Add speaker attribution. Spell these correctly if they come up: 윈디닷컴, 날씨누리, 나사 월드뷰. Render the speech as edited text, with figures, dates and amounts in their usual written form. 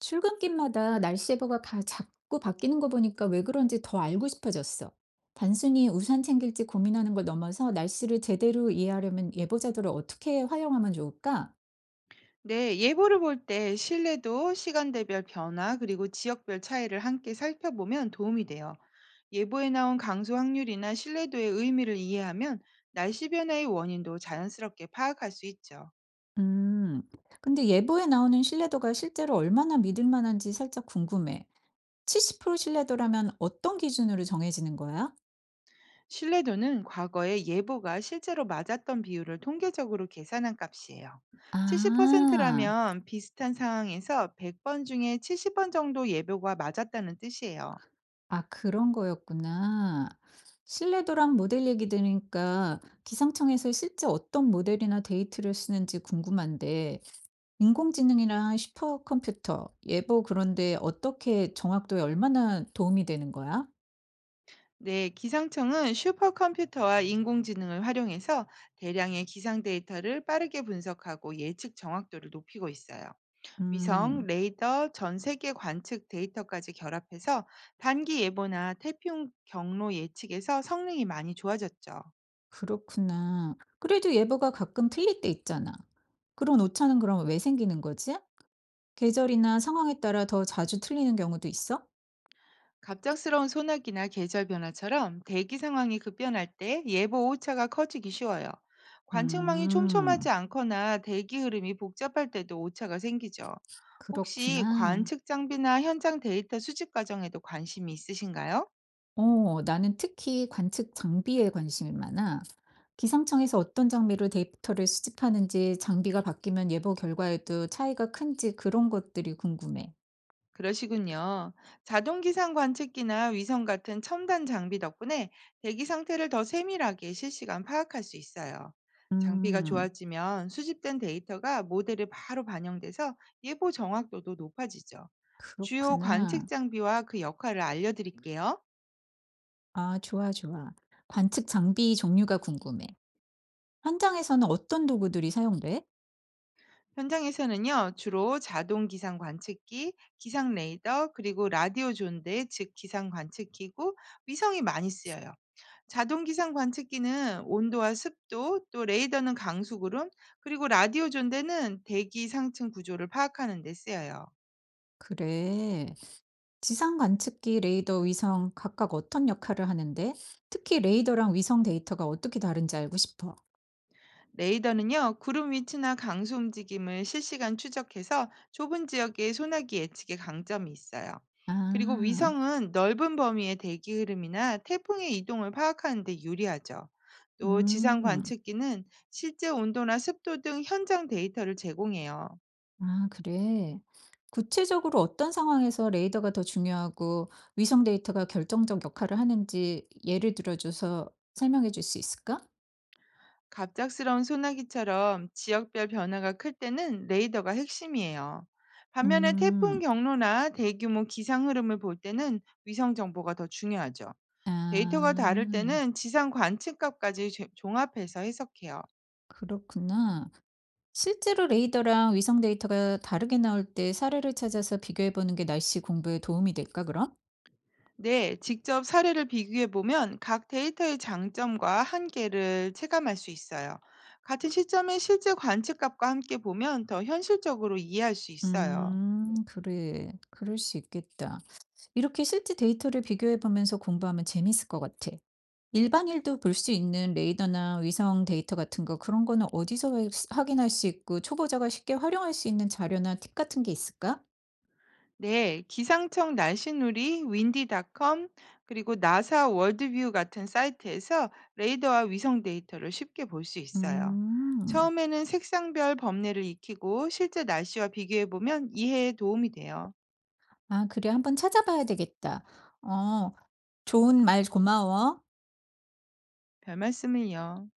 Speaker 1: 출근길마다 날씨 예보가 자꾸 바뀌는 거 보니까 왜 그런지 더 알고 싶어졌어. 단순히 우산 챙길지 고민하는 걸 넘어서 날씨를 제대로 이해하려면 예보자들을 어떻게 활용하면 좋을까?
Speaker 2: 네, 예보를 볼 때 신뢰도, 시간대별 변화, 그리고 지역별 차이를 함께 살펴보면 도움이 돼요. 예보에 나온 강수 확률이나 신뢰도의 의미를 이해하면 날씨 변화의 원인도 자연스럽게 파악할 수 있죠.
Speaker 1: 음, 근데 예보에 나오는 신뢰도가 실제로 얼마나 믿을 만한지 살짝 궁금해. 70% 신뢰도라면 어떤 기준으로 정해지는 거야?
Speaker 2: 신뢰도는 과거에 예보가 실제로 맞았던 비율을 통계적으로 계산한 값이에요.
Speaker 1: 아.
Speaker 2: 70%라면 비슷한 상황에서 100번 중에 70번 정도 예보가 맞았다는 뜻이에요.
Speaker 1: 아 그런 거였구나. 신뢰도랑 모델 얘기 들으니까 기상청에서 실제 어떤 모델이나 데이터를 쓰는지 궁금한데, 인공지능이랑 슈퍼컴퓨터, 예보 그런데 어떻게 정확도에 얼마나 도움이 되는 거야?
Speaker 2: 네, 기상청은 슈퍼컴퓨터와 인공지능을 활용해서 대량의 기상 데이터를 빠르게 분석하고 예측 정확도를 높이고 있어요. 위성,
Speaker 1: 음,
Speaker 2: 레이더, 전 세계 관측 데이터까지 결합해서 단기 예보나 태풍 경로 예측에서 성능이 많이 좋아졌죠.
Speaker 1: 그렇구나. 그래도 예보가 가끔 틀릴 때 있잖아. 그런 오차는 그럼 왜 생기는 거지? 계절이나 상황에 따라 더 자주 틀리는 경우도 있어?
Speaker 2: 갑작스러운 소나기나 계절 변화처럼 대기 상황이 급변할 때 예보 오차가 커지기 쉬워요. 관측망이 촘촘하지
Speaker 1: 음,
Speaker 2: 않거나 대기 흐름이 복잡할 때도 오차가 생기죠. 혹시
Speaker 1: 그렇구나.
Speaker 2: 관측 장비나 현장 데이터 수집 과정에도 관심이 있으신가요?
Speaker 1: 어 나는 특히 관측 장비에 관심이 많아. 기상청에서 어떤 장비로 데이터를 수집하는지, 장비가 바뀌면 예보 결과에도 차이가 큰지 그런 것들이 궁금해.
Speaker 2: 그러시군요. 자동기상 관측기나 위성 같은 첨단 장비 덕분에 대기 상태를 더 세밀하게 실시간 파악할 수 있어요. 장비가
Speaker 1: 음,
Speaker 2: 좋아지면 수집된 데이터가 모델에 바로 반영돼서 예보 정확도도 높아지죠. 주요
Speaker 1: 그렇구나.
Speaker 2: 관측 장비와 그 역할을 알려드릴게요.
Speaker 1: 아, 좋아, 좋아. 관측 장비 종류가 궁금해. 현장에서는 어떤 도구들이 사용돼?
Speaker 2: 현장에서는요, 주로 자동 기상 관측기, 기상 레이더, 그리고 라디오 존대, 즉 기상 관측기고 위성이 많이 쓰여요. 자동 기상 관측기는 온도와 습도, 또 레이더는 강수구름, 그리고 라디오 존대는 대기 상층 구조를 파악하는 데 쓰여요.
Speaker 1: 그래. 지상 관측기, 레이더, 위성 각각 어떤 역할을 하는데? 특히 레이더랑 위성 데이터가 어떻게 다른지 알고 싶어.
Speaker 2: 레이더는요, 구름 위치나 강수 움직임을 실시간 추적해서 좁은 지역의 소나기 예측에 강점이 있어요. 그리고
Speaker 1: 아,
Speaker 2: 위성은 넓은 범위의 대기 흐름이나 태풍의 이동을 파악하는 데 유리하죠. 또 지상
Speaker 1: 음.
Speaker 2: 관측기는 실제 온도나 습도 등 현장 데이터를 제공해요.
Speaker 1: 아, 그래. 구체적으로 어떤 상황에서 레이더가 더 중요하고 위성 데이터가 결정적 역할을 하는지 예를 들어줘서 설명해 줄 수 있을까?
Speaker 2: 갑작스러운 소나기처럼 지역별 변화가 클 때는 레이더가 핵심이에요. 반면에 태풍
Speaker 1: 음,
Speaker 2: 경로나 대규모 기상 흐름을 볼 때는 위성 정보가 더 중요하죠.
Speaker 1: 아,
Speaker 2: 데이터가 다를 때는 지상 관측값까지 종합해서 해석해요.
Speaker 1: 그렇구나. 실제로 레이더랑 위성 데이터가 다르게 나올 때 사례를 찾아서 비교해 보는 게 날씨 공부에 도움이 될까, 그럼?
Speaker 2: 네, 직접 사례를 비교해 보면 각 데이터의 장점과 한계를 체감할 수 있어요. 같은 시점의 실제 관측값과 함께 보면 더 현실적으로 이해할 수 있어요.
Speaker 1: 음. 그래. 그럴 수 있겠다. 이렇게 실제 데이터를 비교해 보면서 공부하면 재밌을 것 같아. 일반인도 볼 수 있는 레이더나 위성 데이터 같은 거 그런 거는 어디서 확인할 수 있고 초보자가 쉽게 활용할 수 있는 자료나 팁 같은 게 있을까?
Speaker 2: 네, 기상청 날씨누리, 윈디닷컴, 그리고 나사 월드뷰 같은 사이트에서 레이더와 위성 데이터를 쉽게 볼 수 있어요.
Speaker 1: 음.
Speaker 2: 처음에는 색상별 범례를 익히고 실제 날씨와 비교해 보면 이해에 도움이 돼요.
Speaker 1: 아, 그래. 한번 찾아봐야 되겠다. 어, 좋은 말 고마워.
Speaker 2: 별 말씀을요.